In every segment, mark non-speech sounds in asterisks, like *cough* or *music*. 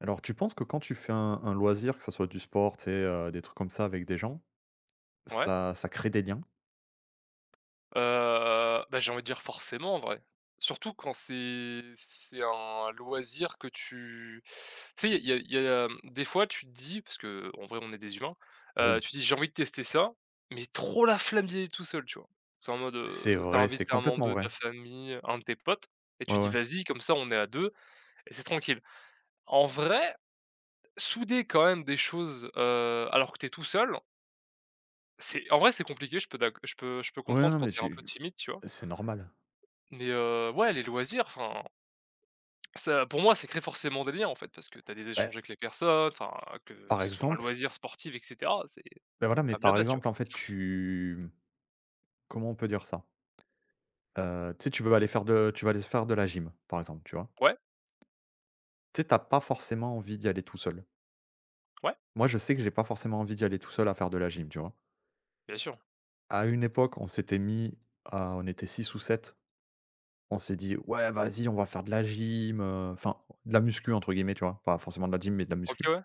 Alors, tu penses que quand tu fais un loisir, que ça soit du sport, tu sais, des trucs comme ça avec des gens, Ouais, ça crée des liens? heu, bah, j'ai envie de dire forcément en vrai. Surtout quand c'est un loisir que tu sais, il y a il y a il y a, hem, des fois tu te dis parce que en vrai on est des humains, Ah oui. tu te dis: «J'ai envie de tester ça», mais trop la flemme d'y aller tout seul, tu vois? C'est en C mode, c'est tu vrai, c'est invité un membre complètement de ta vrai. famille, un de tes potes et Ouais, tu dis: ouais. «Vas-y, comme ça on est à 2 et c'est tranquille». En vrai, souder quand même des choses, alors que t'es tout seul, c'est en vrai c'est compliqué, je peux Ouais, comprendre non, quand mais t'es un peu tu timide, tu vois? c'est normal. Mais ouais, les loisirs, enfin, ça pour moi, c'est créer forcément des liens, en fait, parce que t'as des Bah, échanges avec les personnes, enfin, que par ce soit un exemple, loisir sportif et cetera, c'est ben voilà, mais quand même la par base, tu vois? exemple, en fait, tu comment on peut dire ça? Tu sais, tu veux aller faire de tu vas aller faire de la gym, par exemple, tu vois? Ouais, Tu sais, tu pas forcément envie d'y aller tout seul. ouais, Moi, je sais que j'ai pas forcément envie d'y aller tout seul à faire de la gym, tu vois? bien sûr. À une époque, on s'était mis à on était 6 ou 7. On s'est dit: «Ouais, vas-y, on va faire de la gym,» enfin, de la muscu entre guillemets, tu vois? Pas forcément de la gym, mais de la muscu. OK, ouais,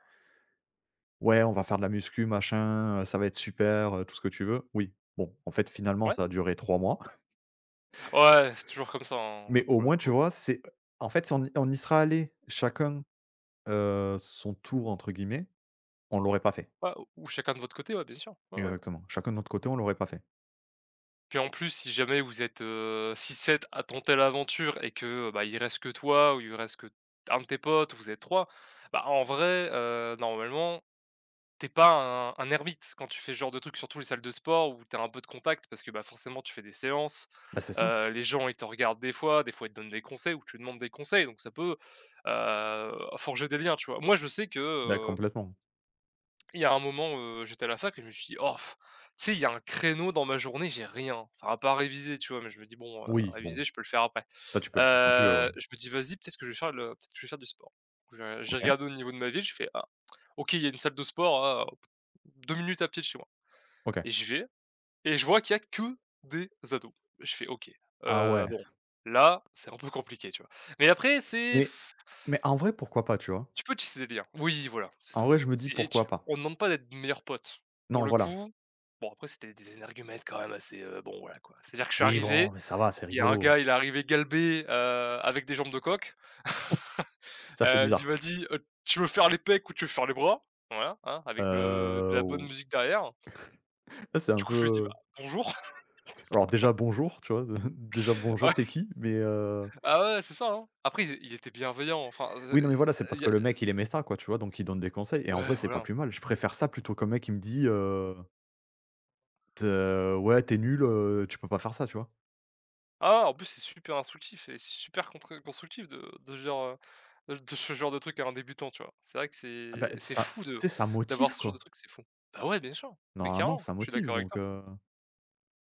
«Ouais, on va faire de la muscu, machin, ça va être super, tout ce que tu veux». Oui, bon, en fait, finalement, ouais. ça a duré 3 mois, *laughs* Ouais, c'est toujours comme ça, hein, mais au pour le moins, tu coup, vois, c'est en fait, si on y serait allé chacun, «son tour» entre guillemets, on l'aurait pas fait. ouais, ou chacun de votre côté, ouais, bien sûr, ouais, ouais. Exactement. Chacun de notre côté, on l'aurait pas fait. Puis, en plus, si jamais vous êtes, 6-7 à tenter l'aventure et que, bah, il reste que toi ou il reste que un de tes potes, ou vous êtes 3 bah, en vrai, normalement t'es pas un ermite quand tu fais ce genre de truc, surtout les salles de sport où t'as un peu de contact parce que, bah, forcément tu fais des séances, Bah, c'est ça. Les gens ils te regardent des fois ils te donnent des conseils ou tu demandes des conseils donc ça peut, forger des liens, tu vois? Moi je sais que, Bah, complètement. il y a un moment, j'étais à la fac et je me suis dit: «Oh, pff, tu sais, il y a un créneau dans ma journée, j'ai rien». Enfin, à pas réviser, tu vois? Mais je me dis: «Bon, Oui, réviser, bon, je peux le faire après». toi, tu peux le faire quand tu veux, ouais. Je me dis: «Vas-y, peut-être que je vais faire du sport». Je j'ai OK, regardé au niveau de ma ville, je fais: «Ah, OK, il y a une salle de sport à 2 minutes à pied de chez moi» OK. et j'y vais et je vois qu'il y a que des ados. Je fais: «OK, Ah ouais, bon, là, c'est un peu compliqué», tu vois? Mais après, c'est mais mais en vrai, pourquoi pas, tu vois? tu peux tisser des liens. Oui, voilà, c'est En ça. vrai, je me dis: C'est et tu «Pourquoi on pas?» ne demande pas d'être meilleurs potes. Pour Non, le voilà. coup, bon après c'était des énergumènes quand même assez, bon voilà quoi. C'est-à-dire que je suis Oui, arrivé, bon, mais ça va, c'est il y a un rigolo. gars, il est arrivé galbé, avec des jambes de coq. Ça fait Il bizarre. m'a dit: «Tu veux faire les pecs ou tu veux faire les bras?» Voilà, hein, avec de la bonne Ou musique derrière. ça, c'est Du un coup, je lui ai dit: «Bah, peu bonjour». alors déjà bonjour, tu vois? *laughs* Déjà bonjour, t'es *laughs* qui? Mais, Ouais, ah ouais, c'est ça, hein. Après il était bienveillant, enfin, oui, non, mais voilà, c'est il parce y que a le mec il est méta quoi, tu vois? Donc il donne des conseils et en ouais, vrai c'est pas voilà. plus mal. Je préfère ça plutôt qu'un mec qui me dit, «T ouais, t'es nul, tu peux pas faire ça», tu vois? Ah, en plus, c'est super instructif et c'est super contre constructif de ce genre, de ce genre de truc à un débutant, tu vois? C'est vrai que Ah bah, c'est ça fou de tu sais, ça d'avoir motive ce genre de quoi. truc, c'est fou. Bah, ouais, bien sûr, mais Normalement clairement, ça je suis motive d'accord avec donc, toi.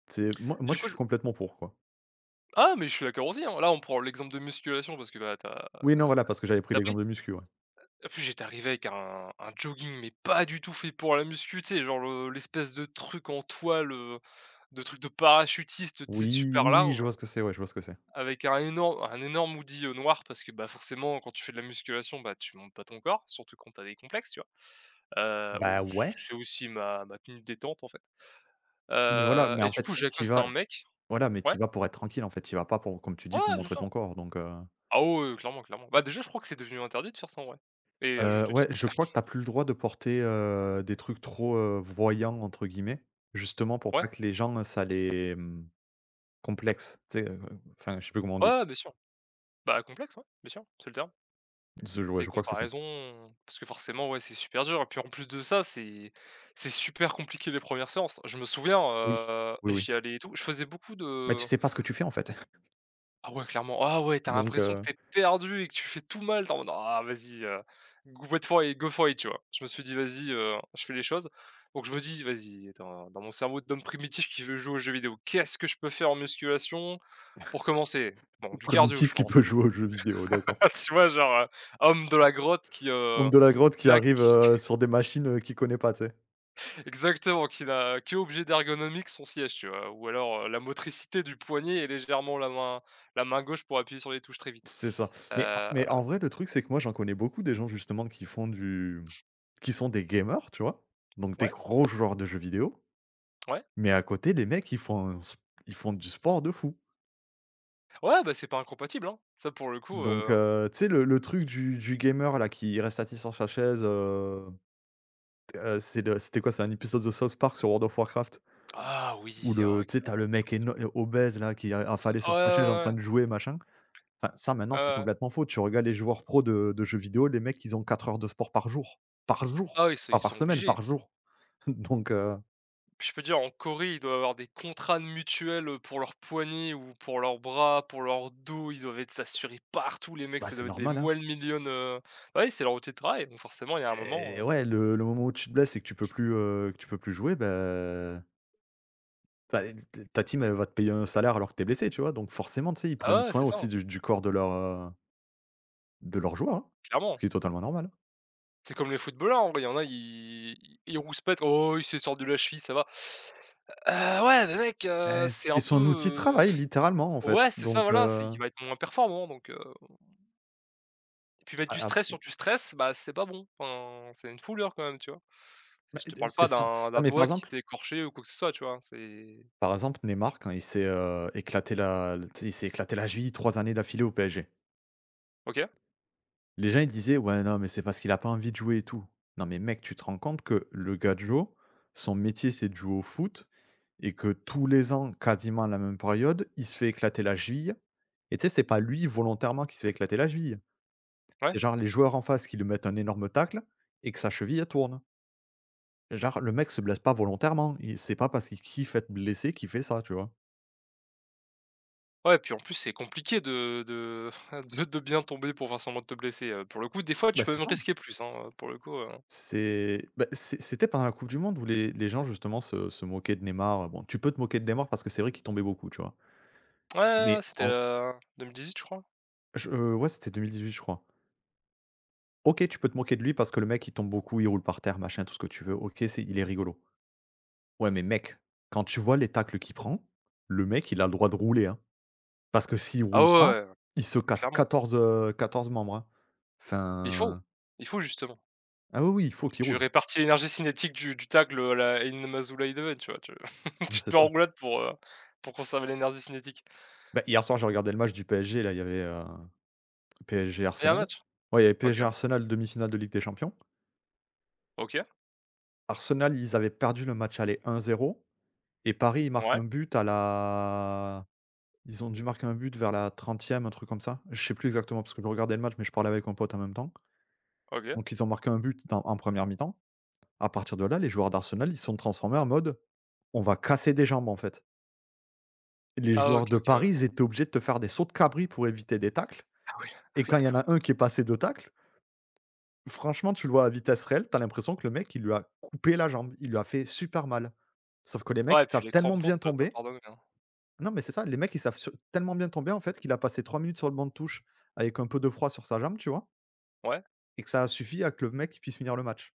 c'est moi Et moi du je coup, suis je complètement pour quoi. ah, mais je suis d'accord aussi, hein. Là, on prend l'exemple de musculation parce que, bah, Oui, T'as non, voilà, parce que j'avais pris pris. l'exemple de muscu, ouais. En plus, j'étais arrivé avec un jogging, mais pas du tout fait pour la muscu, tu sais, genre le l'espèce de truc en toile, de truc de parachutiste, tu sais, Oui, super oui, oui, je large. vois ce que c'est, ouais, je vois ce que c'est. Avec un énorme hoodie, noir parce que, bah, forcément quand tu fais de la musculation, bah, tu montes pas ton corps, surtout quand t'as des complexes, tu vois? Heu, Bah ou c ouais, c'est aussi ma tenue de détente, en fait. mais voilà, Heu mais et en du fait coup, tu y j'accoste vas un mec, voilà, mais ouais, tu vas pour être tranquille en fait, tu vas pas pour comme tu ouais, dis, pour c'est montrer ça. ton corps donc, Ah ouais, ouais, ouais, clairement, clairement. Bah, déjà, je crois que c'est devenu interdit de faire ça, en vrai et à juste ouais, titre. je crois que t'as plus le droit de porter, des trucs trop, «voyants» entre guillemets, justement pour Ouais, pas que les gens, ça les, mmh, complexe. Tu sais, enfin, je sais plus comment on dit. ouais, bien sûr. Bah, complexe, ouais, bien sûr, c'est le terme. Je C'est ouais, les je crois que c'est ça. comparaisons parce que forcément, ouais, c'est super dur et puis, en plus de ça, c'est super compliqué les premières séances. Je me souviens, Oui, oui, oui. j'y allais et tout, je faisais beaucoup Mais tu de. sais pas ce que tu fais en fait, *laughs* Ah ouais, clairement. Ah ouais, t'as donc l'impression que t'es perdu et que tu fais tout mal. Tu en mode: «Ah vas-y, go wait for it, go for it», tu vois? Je me suis dit: «Vas-y, je fais les choses». Donc je me dis: «Vas-y» dans mon cerveau d'homme primitif qui veut jouer aux jeux vidéo, qu'est-ce que je peux faire en musculation pour commencer? Bon, du cardio, je primitif qui pense. peut jouer aux jeux vidéo, d'accord. *laughs* Tu vois, genre, homme de la grotte qui, Ou heu, de la grotte qui qui n'a que arrive, sur des machines, qu'il connaît pas, tu sais? *laughs* exactement, qui n'a que objet d'ergonomique son siège, tu vois? Ou alors, la motricité du poignet et légèrement la main gauche pour appuyer sur les touches très vite. C'est ça. Mais Heu, mais en vrai, le truc, c'est que moi, j'en connais beaucoup des gens justement qui font du qui sont des gamers, tu vois? Donc des ouais. gros joueurs de jeux vidéo. Ouais. Mais à côté, les mecs, ils font un s ils font du sport de fou. Ouais, bah, c'est pas incompatible, hein. Ça pour le coup, Donc tu sais le truc du gamer là qui reste assis sur sa chaise, c'est de c'était quoi? C'est un épisode de South Park sur World of Warcraft ah oui, où alors le tu sais, excellent. t'as le mec éno obèse là qui est affalé Ouais, sur ouais, sa chaise en ouais, train ouais. de jouer machin. Enfin ça maintenant Ouais, c'est ouais. complètement faux. Tu regardes les joueurs pros de jeux vidéo, les mecs ils ont 4 heures de sport par jour. Par jour! Ah oui, c'est Pas ils par sont semaine, obligés. par jour. *laughs* Donc Je peux dire en Corée, ils doivent avoir des contrats de mutuelle, pour leurs poignets ou pour leurs bras, pour leur dos, ils doivent être s'assurer partout les mecs, bah, ça c'est doit être des normal, hein one million, ouais, c'est leur outil de travail, donc forcément il y a un moment, et ouais, le moment où tu te blesses et que tu peux plus, que tu peux plus jouer, bah bah, ta team, elle va te payer un salaire alors que t'es blessé, tu vois? Donc forcément, tu sais, ils prennent ah ouais, soin c'est ça, aussi hein, du corps de leur joueur, hein, ce clairement. qui est totalement normal. C'est comme les footballeurs en vrai, il y en a, ils rouspètent: «Oh, il s'est sorti de la cheville, ça va». Ouais, mais mec, Bah, c'est c'est un son outil de peu. travail littéralement, en fait, Ouais, c'est ça, donc voilà, c'est il va être moins performant donc et puis mettre a du ap stress sur du stress, bah, c'est pas bon. Enfin, c'est une fouleur quand même, tu vois? C'est bah, je te parle c'est pas ça. d'un Non, d'un mais par doigt qui exemple, s'est écorché ou quoi que ce soit, tu vois? C'est par exemple, Neymar quand il s'est, éclaté la tu sais, il s'est éclaté la cheville 3 années d'affilée au PSG. OK, Les gens, ils disaient: «Ouais, non, mais c'est parce qu'il a pas envie de jouer et tout». Non, mais mec, tu te rends compte que le gadjo, son métier, c'est de jouer au foot. Et que tous les ans, quasiment à la même période, il se fait éclater la cheville et tu sais, c'est pas lui volontairement qui se fait éclater la cheville. ouais. C'est genre les joueurs en face qui lui mettent un énorme tacle et que sa cheville, elle tourne. Genre le mec se blesse pas volontairement, il c'est pas parce qu'il kiffe être blessé qu'il fait ça, tu vois? Ouais, puis en plus, c'est compliqué de *laughs* de bien tomber pour faire semblant de te blesser, pour le coup, des fois, tu Bah, peux c'est même ça. risquer plus, hein, pour le coup, ouais, C'est bah, c'est c'était pendant la coupe du monde où les gens justement se moquaient de Neymar, bon, tu peux te moquer de Neymar parce que c'est vrai qu'il tombait beaucoup, tu vois? ouais, ouais, Mais c'était, en 2018, je crois. je ouais, c'était 2018, je crois. OK, tu peux te moquer de lui parce que le mec, il tombe beaucoup, il roule par terre, machin, tout ce que tu veux. OK, c'est il est rigolo. Ouais, mais mec, quand tu vois les tacles qu'il prend, le mec, il a le droit de rouler, hein. Parce que s'il Ah roule ouais, pas, ouais, ouais, il se mais casse clairement. 14 membres, hein. Il faut, Enfin il faut justement. ah oui, oui, il faut qu'il Tu roule. répartis l'énergie cinétique du tag, le la Inamazurai-Eleven, tu vois? Tu *laughs* Mais tu c'est te mets ça. en roulade pour conserver l'énergie cinétique Bah, hier soir, j'ai regardé le match du PSG, là, il y avait, et un PSG-Arsenal. match? Ouais, il y avait OK, PSG-Arsenal, demi-finale de Ligue des champions. OK, Arsenal, ils avaient perdu le match aller un zéro et Paris, ils marquent ouais, un but à la ils ont dû marquer un but vers la trentième, un truc comme ça. Je sais plus exactement parce que je regardais le match, mais je parlais avec un pote en même temps. OK. Donc ils ont marqué un but dans en première mi-temps. À partir de là, les joueurs d'Arsenal, ils se sont transformés en mode: «On va casser des jambes», en fait. Les Ah OK, joueurs de OK, Paris, ouais. ils étaient obligés de te faire des sauts de cabri pour éviter des tacles Ah oui, *laughs* ah et oui, quand il y en d'accord. a un qui est passé 2 tacles, franchement, tu le vois à vitesse réelle, t'as l'impression que le mec, il lui a coupé la jambe, il lui a fait super mal. Sauf que les mecs, Ouais, et ils puis savent les tellement crampons, bien ça doit pas tomber pardonner, hein? non, mais c'est ça, les mecs, ils savent sur tellement bien tomber, en fait, qu'il a passé 3 minutes sur le banc de touche avec un peu de froid sur sa jambe, tu vois? Ouais, Et que ça a suffi à que le mec, puisse finir le match.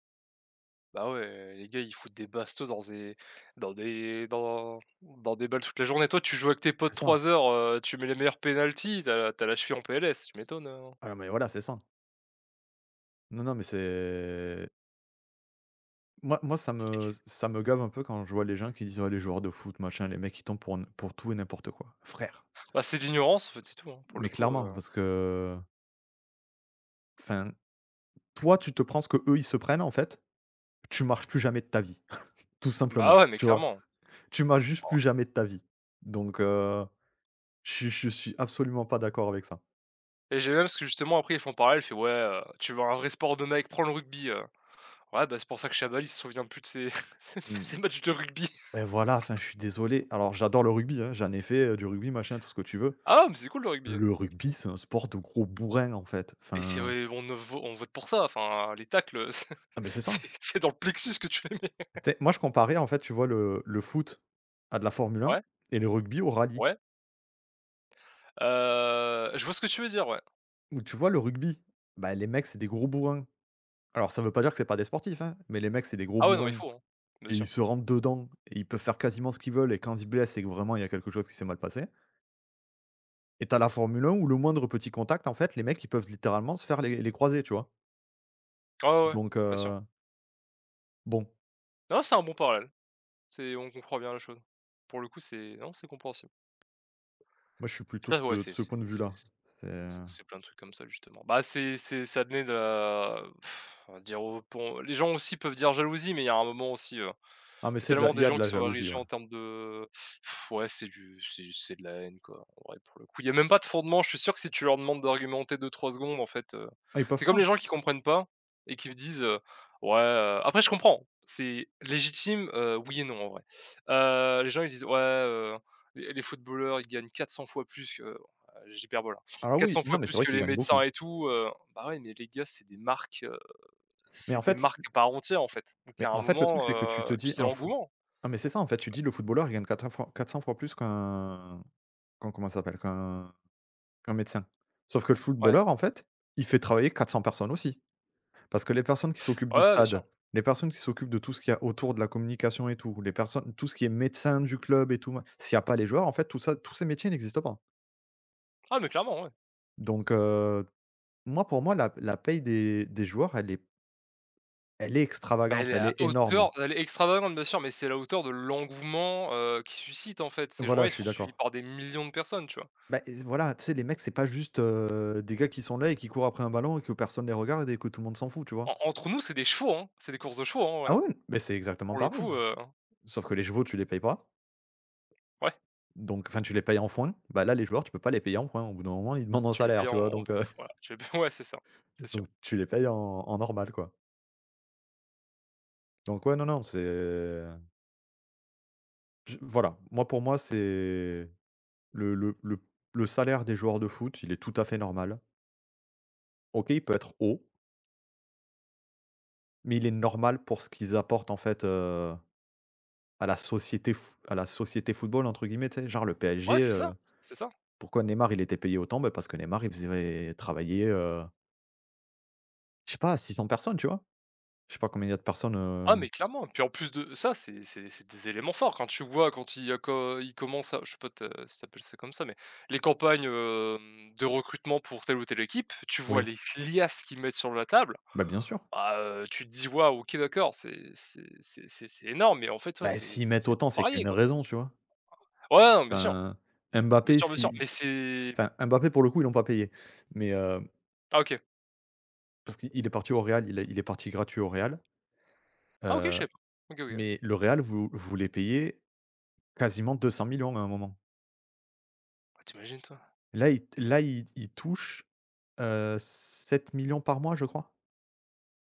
bah ouais, les gars, ils foutent des bastos dans des balles toute la journée. Toi, tu joues avec tes C'est potes ça. 3 heures, tu mets les meilleurs penaltys, t'as la cheville en PLS, tu m'étonnes, Ah, mais voilà, c'est ça. Non, non, mais c'est moi, ça me gave un peu quand je vois les gens qui disent: «Ouais, les joueurs de foot, machin, les mecs, ils tombent pour n pour tout et n'importe quoi». Frère, bah, c'est de l'ignorance, en fait, c'est tout, hein, pour le mais coup, clairement, parce que, enfin, toi, tu te prends ce que eux ils se prennent, en fait, tu marches plus jamais de ta vie, *laughs* tout bah simplement, ouais, mais tu vois? clairement. Tu marches juste plus jamais de ta vie. Donc je suis je suis absolument pas d'accord avec ça. Et j'ai même parce que justement après ils font pareil, il fait: «Ouais, tu veux un vrai sport de mec, prends le rugby». Ouais, bah, c'est pour ça que Chabal il se souvient plus de ses *laughs* ses Mmh, ses matchs de rugby. et voilà, enfin, je suis désolé. Alors j'adore le rugby, hein, j'en ai fait, du rugby, machin, tout ce que tu veux. Ah, mais c'est cool le rugby, hein. Le rugby, c'est un sport de gros bourrins, en fait. Et c'est Enfin, vrai, on ne vo on vote pour ça, enfin les tacles, *laughs* c'est ah, ben c'est ça. c'est c'est dans le plexus que tu les mets. Tu sais, moi, je comparais, en fait, tu vois, le foot à de la Formule 1 Ouais, et le rugby au rallye. ouais, je vois ce que tu veux dire, ouais. Où tu vois, le rugby, bah, les mecs, c'est des gros bourrins. Alors ça veut pas dire que c'est pas des sportifs, hein, mais les mecs, c'est des gros Ah ouais, non, mais il bourrins faut, hein, bien et ils sûr. se rentrent dedans et ils peuvent faire quasiment ce qu'ils veulent et quand ils blessent, c'est que vraiment il y a quelque chose qui s'est mal passé. Et t'as la Formule 1 où le moindre petit contact, en fait, les mecs, ils peuvent littéralement se faire les croisés, tu vois? Ah ouais, ouais, Donc bien sûr. Bon, Non, c'est un bon parallèle, c'est on comprend bien la chose. Pour le coup, c'est non, c'est compréhensible. moi, je suis plutôt de Ça, ce ouais, de c'est ce c'est point de c'est vue-là. C'est C'est c'est plein de trucs comme ça justement. Bah, c'est ça venait de la pff, on va dire au pont les gens aussi peuvent dire jalousie, mais il y a un moment aussi, ah, mais c'est c'est de la tellement il des y a gens de qui la sont jalousie, érigés ouais. en termes de Pff, ouais, c'est du c'est de la haine, quoi, en pour le coup. Il y a même pas de fondement, je suis sûr que si tu leur demandes d'argumenter 2 trois secondes, en fait, Ah, ils c'est peuvent comme les pas? gens qui comprennent pas et qui me disent: «Ouais» après je comprends, c'est légitime, oui et non, en vrai. Les gens ils disent: «Ouais, les footballeurs, ils gagnent 400 fois plus que» j'hyperbole, hein, Alors oui, «400 fois non, mais c'est plus vrai que qu'ils les gagnent médecins beaucoup. et tout», bah, ouais, mais les gars, Mais en c'est des fait marques à part entière, en fait. Donc il y mais a un en fait, le truc, moment, c'est que tu te puis dis c'est un foot l'engouement. ah, mais c'est ça, en fait, Je sais tu pas. dis: «Le footballeur, il gagne 400 fois plus qu'un qu'un comment ça s'appelle? Qu'un qu'un médecin». Sauf que le Ouais. footballeur, en fait, il fait travailler 400 personnes aussi. Parce que les personnes qui s'occupent Ouais, du ouais, bien sûr. stade, les personnes qui s'occupent de tout ce qu'il y a autour de la communication et tout, les personnes tout ce qui est médecin du club et tout ma s'il n'y a pas les joueurs, en fait, tout ça tous ces métiers n'existent pas. Ah mais clairement, ouais. Donc heu, moi, pour moi, la paye des joueurs, elle est Bah, extravagante, elle est énorme. Elle est extravagante, bien sûr, mais c'est à la hauteur de l'engouement, qu'ils suscitent, en fait. Ces gens-là, Voilà, ils je suis sont suivis d'accord. par des millions de personnes, tu vois? Bah, et voilà, tu sais, les mecs, c'est pas juste, des gars qui sont là et qui courent après un ballon et que personne les regarde et que tout le monde s'en fout, tu vois? En Entre nous, c'est des chevaux, hein, c'est des courses de chevaux, hein, ouais, Ah hein. oui, mais c'est exactement Pour le pareil. coup, Sauf que les chevaux, tu les payes pas. ouais, Donc enfin, tu les payes en foin. Bah, là, les joueurs, tu peux pas les payer en foin. Au bout d'un moment, ils demandent un tu les salaire, payes tu en vois? en boucle, voilà. Tu les payes *laughs* ouais, c'est ça, c'est *laughs* sûr. donc tu les payes en normal, quoi. Donc ouais, non, non, c'est je voilà, moi, pour moi, c'est le le le le salaire des joueurs de foot, il est tout à fait normal. OK, il peut être haut, mais il est normal pour ce qu'ils apportent, en fait, à la société football, entre guillemets, tu sais? Genre le Ouais, PSG, c'est ça, c'est ça. pourquoi Neymar, il était payé autant? Bah, parce que Neymar, il faisait travailler, je sais pas, 600 personnes, tu vois? Je sais pas combien il y a de personnes, Ah mais clairement, puis en plus de ça, c'est des éléments forts quand tu vois quand il y a co il commence, à je sais pas te si tu ça comme ça, mais les campagnes, de recrutement pour telle ou telle équipe, tu vois oui. les liasses qu'ils mettent sur la table, Bah, bien sûr. bah, tu te dis: «Waouh, OK d'accord, c'est énorme» mais en fait, ouais, Bah, c'est s'ils mettent c'est pour autant, c'est qu'il y a parier, une quoi. raison, tu vois? Ouais, non, bien sûr, Enfin, bien Mbappé, sûr, bien sûr, si mais s c'est enfin, Mbappé, pour le coup, ils l'ont pas payé. Mais, ah OK. parce qu'il est parti au Real, il est parti gratuit au Real, Ah OK, je heu, sais pas. OK, OK. mais le Real vous voulait payer quasiment 200 millions à un moment. Ah tu toi? Là, il touche, 7 000 par mois, je crois.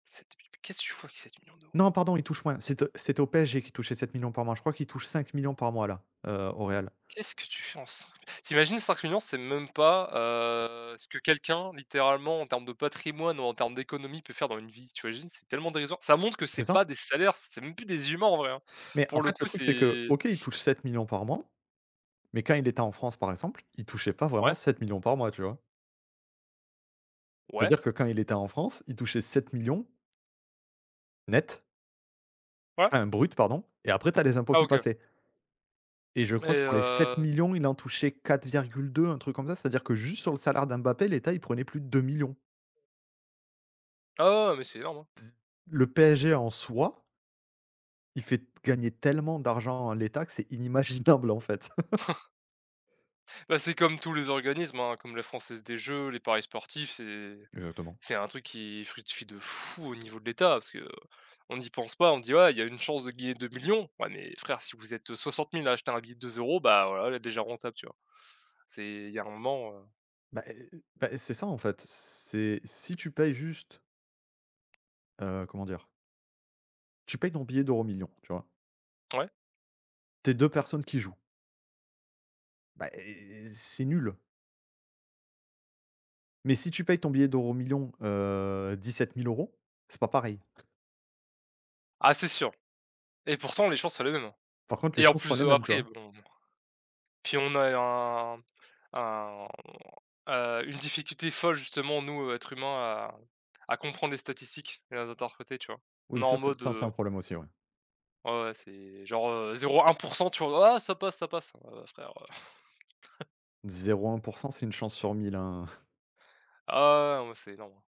7 qu'est-ce que tu vois avec 7 millions 000 €? Non, pardon, il touche moins. C'était au PSG qu'il touchait 7 000 000 par mois. Je crois qu'il touche 5 millions par mois là, au Real. Qu'est-ce que tu fais en 5 tu imagines 5 millions, c'est même pas, ce que quelqu'un littéralement en termes de patrimoine ou en termes d'économie peut faire dans une vie, tu imagines? C'est tellement dérisoire. Ça montre que c'est C'est pas ça? des salaires, c'est même plus des humains en vrai, hein. Mais en Pour le fait, coup, le truc, c'est que, c'est OK, il touche 7 millions par mois. Mais quand il était en France, par exemple, il touchait pas vraiment ouais, 7 millions par mois, tu vois? ouais, C'est-à-dire que quand il était en France, il touchait 7 millions net, ouais. enfin brut, pardon, et après tu as les impôts Ah qui OK. passaient. Et je Et crois que sur les 7 millions, il en touchait 4,2, un truc comme ça, c'est-à-dire que juste sur le salaire d'Mbappé, l'État, il prenait plus de 2 000 000. ah ouais, ouais, mais c'est énorme, hein. Le PSG en soi, il fait gagner tellement d'argent à l'État que c'est inimaginable, en fait. Bah, c'est comme tous les organismes, hein, comme la Française des jeux, les paris sportifs, c'est *laughs* Exactement. C'est un truc qui fructifie de fou au niveau de l'État, parce que, on n'y pense pas, on dit: «Ouais, il y a une chance de gagner 2 millions Ouais, mais frère, si vous êtes, 60 000 à acheter un billet de 2 €, bah, voilà, là, déjà rentable, tu vois? C'est il y a un moment, Bah, heu, bah, c'est ça, en fait, c'est si tu payes juste, comment dire? Tu payes ton billet d'Euro Millions, tu vois? Ouais? Tes 2 personnes qui jouent. Bah, eh, c'est nul. Mais si tu payes ton billet d'EuroMillions, 17 000 euros, c'est pas pareil. Ah, c'est sûr et pourtant les chances, c'est les mêmes, hein Par contre, et les en chances sont plus, les mêmes, tu après vois? bon puis on a un une difficulté folle justement, nous, êtres humains, à comprendre les statistiques et à les interpréter, tu vois? On est Oui, en mode, ça, c'est un problème aussi, ouais. ouais, ouais, c'est genre, 0,1% tu vois? «Ah, ça passe, ça passe». Frère, 0,1%, c'est une chance sur 1 000, hein. ah ouais, ouais, non, c'est énorme, hein.